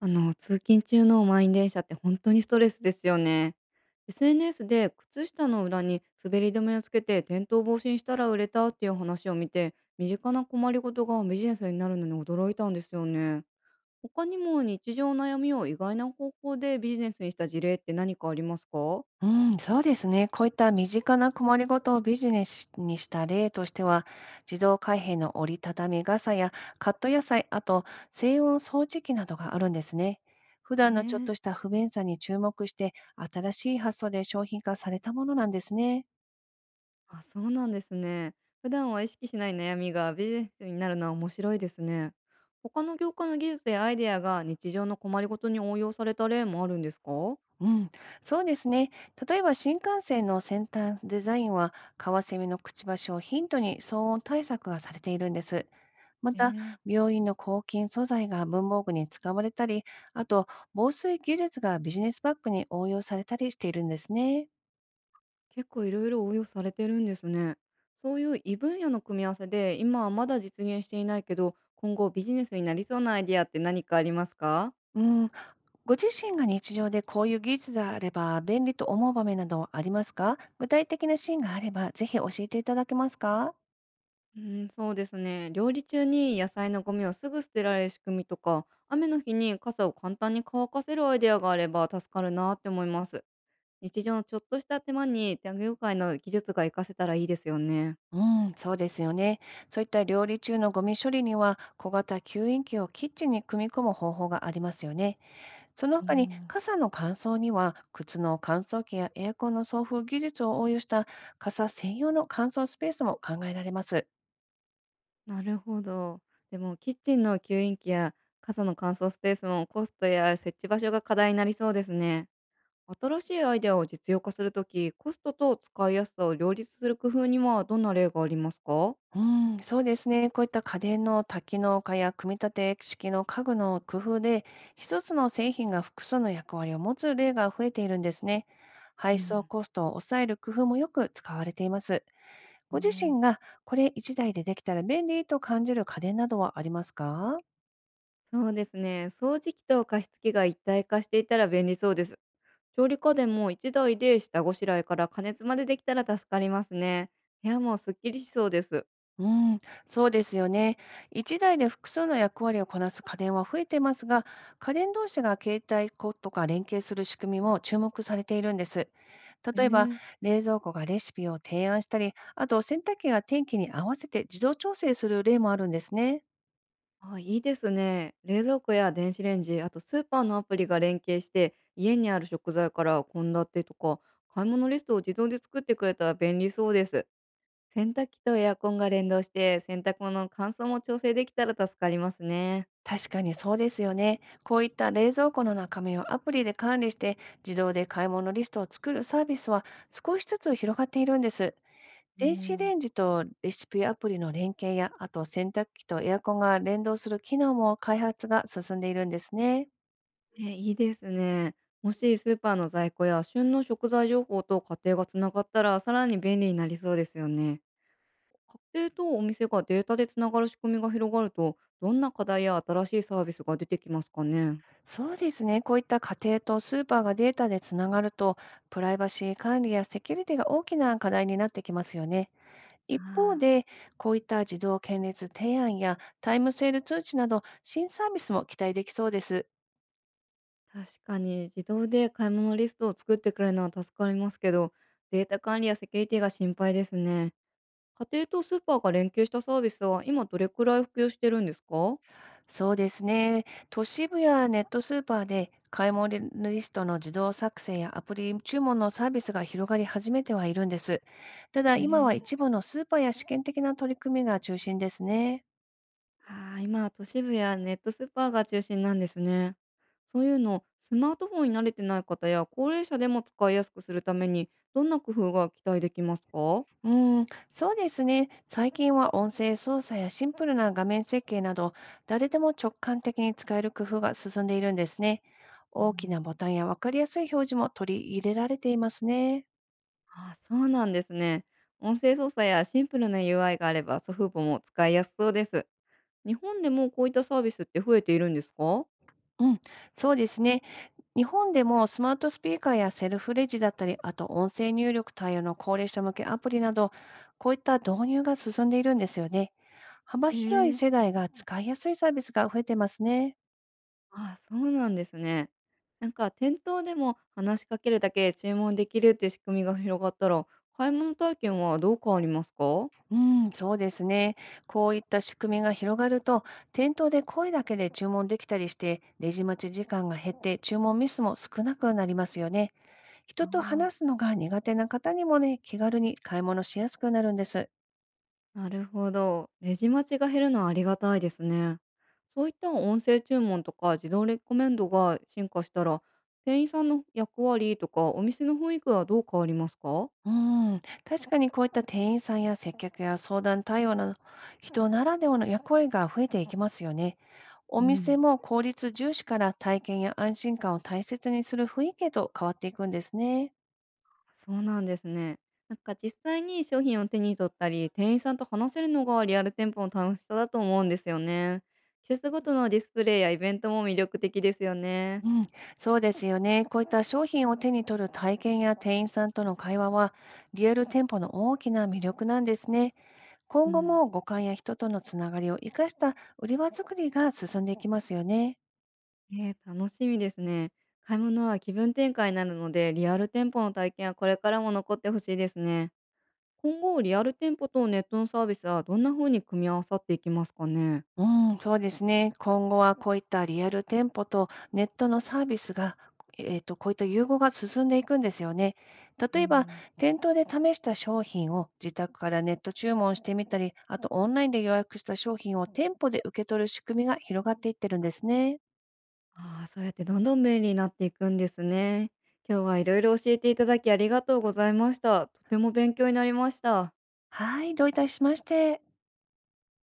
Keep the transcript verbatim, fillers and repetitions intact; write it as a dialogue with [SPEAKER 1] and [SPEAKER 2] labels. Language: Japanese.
[SPEAKER 1] あの、通勤中の満員電車って本当にストレスですよね。エスエヌエス で靴下の裏に滑り止めをつけて転倒防止にしたら売れたっていう話を見て、身近な困りごとがビジネスになるのに驚いたんですよね。他にも日常の悩みを意外な方法でビジネスにした事例って何かありますか？
[SPEAKER 2] うん、そうですね。こういった身近な困りごとをビジネスにした例としては、自動開閉の折りたたみ傘や、カット野菜、あと静音掃除機などがあるんですね。普段のちょっ
[SPEAKER 1] え
[SPEAKER 2] とし
[SPEAKER 1] え。
[SPEAKER 2] た不便さに注目して、新しい発想で商品化されたものなんですね。
[SPEAKER 1] あ、そうなんですね。普段は意識しない悩みがビジネスになるのは面白いですね。他の業界の技術やアイデアが日常の困りごとに応用された例もあるんですか？
[SPEAKER 2] うん、そうですね。例えば、新幹線の先端デザインは、カワセミのくちばしをヒントに騒音対策がされているんです。ま
[SPEAKER 1] え
[SPEAKER 2] た、
[SPEAKER 1] え、
[SPEAKER 2] 病院の抗菌素材が文房具に使われたり、あと、防水技術がビジネスバッグに応用されたりしているんですね。
[SPEAKER 1] 結構いろいろ応用されてるんですね。そういう異分野の組み合わせで今はまだ実現していないけど今後ビジネスになりそうなアイデアって何かありますか？
[SPEAKER 2] うん、ご自身が日常でこういう技術であれば便利と思う場面などありますか？具体的なシーンがあればぜひ教えていただけますか？
[SPEAKER 1] うん、そうですね。料理中に野菜のゴミをすぐ捨てられる仕組みとか雨の日に傘を簡単に乾かせるアイデアがあれば助かるなって思います。日常のちょっとした手間に、他業界の技術が活かせたらいいですよね。
[SPEAKER 2] うん、そうですよね。そういった料理中のゴミ処理には、小型吸引器をキッチンに組み込む方法がありますよね。その
[SPEAKER 1] う
[SPEAKER 2] 他に、
[SPEAKER 1] ん。
[SPEAKER 2] 傘の乾燥には靴の乾燥機やエアコンの送風技術を応用した傘専用の乾燥スペースも考えられます。
[SPEAKER 1] なるほど。でも、キッチンの吸引器や傘の乾燥スペースもコストや設置場所が課題になりそうですね。新しいアイデアを実用化するとき、コストと使いやすさを両立する工夫にはどんな例がありますか？
[SPEAKER 2] うん、そうですね。こういった家電の多機能化や組み立て式の家具の工夫で、一つの製品が複数の役割を持つ例が増えているんですね。
[SPEAKER 1] う
[SPEAKER 2] 配送
[SPEAKER 1] ん。
[SPEAKER 2] コストを抑える工夫もよく使われています。
[SPEAKER 1] あ
[SPEAKER 2] ご自
[SPEAKER 1] あ。
[SPEAKER 2] 身がこれいちだいでできたら便利と感じる家電などはありますか？
[SPEAKER 1] そうですね。掃除機と加湿器が一体化していたら便利そうです。調理家電もいちだいで下ごしらえから加熱までできたら助かりますね。部屋もすっきりしそうです。
[SPEAKER 2] うん、そうですよね。いちだいで複数の役割をこなす家電は増えてますが、家電同士が携帯庫とか連携する仕組みも注目されているんです。例えば、
[SPEAKER 1] ええ。
[SPEAKER 2] 冷蔵庫がレシピを提案したり、あと洗濯機が天気に合わせて自動調整する例もあるんですね。
[SPEAKER 1] あ、いいですね。冷蔵庫や電子レンジ、あとスーパーのアプリが連携して、家にある食材から献立とか買い物リストを自動で作ってくれたら便利そうです。洗濯機とエアコンが連動して、洗濯物の乾燥も調整できたら助かりますね。
[SPEAKER 2] 確かにそうですよね。こういった冷蔵庫の中身をアプリで管理して、自動で買い物リストを作るサービスは少しずつ広がっているんです。
[SPEAKER 1] も
[SPEAKER 2] 電子レ
[SPEAKER 1] う
[SPEAKER 2] ンジとレシピアプリの連携や、あと洗濯機とエアコンが連動する機能も開発が進んでいるんですね。
[SPEAKER 1] ね、いいですね。もしスーパーの在庫や旬の食材情報と家庭がつながったらさらに便利になりそうですよね。家庭とお店がデータでつながる仕組みが広がるとどんな課題や新しいサービスが出てきますかね。
[SPEAKER 2] そうですね。こういった家庭とスーパーがデータでつながると、プライバシー管理やセキュリティが大きな課題になってきますよね。一方
[SPEAKER 1] あ
[SPEAKER 2] で、こういった自動検閲提案やタイムセール通知など、新サービスも期待できそうです。
[SPEAKER 1] あ、確かに自動で買い物リストを作ってくれるのは助かりますけど、データ管理やセキュリティが心配ですね。家庭とスーパーが連携したサービスは今どれくらい普及してるんですか？
[SPEAKER 2] そうですね。都市部やネットスーパーで買い物リストの自動作成やアプリ注文のサービスが広がり始めてはいるんです。ただ、
[SPEAKER 1] え
[SPEAKER 2] 今は一
[SPEAKER 1] え。
[SPEAKER 2] 部のスーパーや試験的な取り組みが中心ですね。
[SPEAKER 1] ああ、今は都市部やネットスーパーが中心なんですね。そういうの、スマートフォンに慣れてない方や高齢者でも使いやすくするために、どんな工夫が期待できますか？
[SPEAKER 2] うん、そうですね。最近は音声操作やシンプルな画面設計など、誰でも直感的に使える工夫が進んでいるんですね。
[SPEAKER 1] う
[SPEAKER 2] 大きな
[SPEAKER 1] ん、
[SPEAKER 2] ボタンや分かりやすい表示も取り入れられていますね。
[SPEAKER 1] あ、そうなんですね。音声操作やシンプルな ユーアイ があれば、祖父母も使いやすそうです。日本でもこういったサービスって増えているんですか？
[SPEAKER 2] うん、そうですね。日本でもスマートスピーカーやセルフレジだったり、あと音声入力対応の高齢者向けアプリなど、こういった導入が進んでいるんですよね。幅
[SPEAKER 1] え
[SPEAKER 2] 広い
[SPEAKER 1] ー、
[SPEAKER 2] 世代が使いやすいサービスが増えてますね。
[SPEAKER 1] ああ、そうなんですね。なんか店頭でも話しかけるだけで注文できるっていう仕組みが広がったら、買い物体験はどう変わりますか？
[SPEAKER 2] うん、そうですね。こういった仕組みが広がると、店頭で声だけで注文できたりして、レジ待ち時間が減って、注文ミスも少なくなりますよね。人と
[SPEAKER 1] あ
[SPEAKER 2] 話すのが苦手な方にもね、気軽に買い物しやすくなるんです。
[SPEAKER 1] あ、なるほど。レジ待ちが減るのはありがたいですね。そういった音声注文とか自動レコメンドが進化したら、店員さんの役割とかお店の雰囲気はどう変わりますか？
[SPEAKER 2] うん、確かにこういった店員さんや接客や相談対応など、人ならではの役割が増えていきますよね。お
[SPEAKER 1] う
[SPEAKER 2] 店
[SPEAKER 1] ん、
[SPEAKER 2] も効率重視から体験や安心感を大切にする雰囲気へと変わっていくんですね。
[SPEAKER 1] そうなんですね。なんか実際に商品を手に取ったり、店員さんと話せるのがリアル店舗の楽しさだと思うんですよね。季節ごとのディスプレイやイベントも魅力的ですよね。
[SPEAKER 2] うん、そうですよね。こういった商品を手に取る体験や店員さんとの会話は、リアル店舗の大きな魅力なんですね。
[SPEAKER 1] う
[SPEAKER 2] 今後
[SPEAKER 1] ん。
[SPEAKER 2] も五感や人とのつながりを生かした売り場作りが進んでいきますよね。
[SPEAKER 1] ええ、楽しみですね。買い物は気分転換になるので、リアル店舗の体験はこれからも残ってほしいですね。今後、リアル店舗とネットのサービスはどんな風に組み合わさっていきますかね。
[SPEAKER 2] うん、そうですね。今後はこういったリアル店舗とネットのサービスが、えっと、こういった融合が進んでいくんですよね。
[SPEAKER 1] う
[SPEAKER 2] 例えば、
[SPEAKER 1] ん、
[SPEAKER 2] 店頭で試した商品を自宅からネット注文してみたり、あとオンラインで予約した商品を店舗で受け取る仕組みが広がっていってるんですね。
[SPEAKER 1] ああ、そうやってどんどん便利になっていくんですね。今日はいろいろ教えていただきありがとうございました。とても勉強になりました。
[SPEAKER 2] はい、どういたしまして。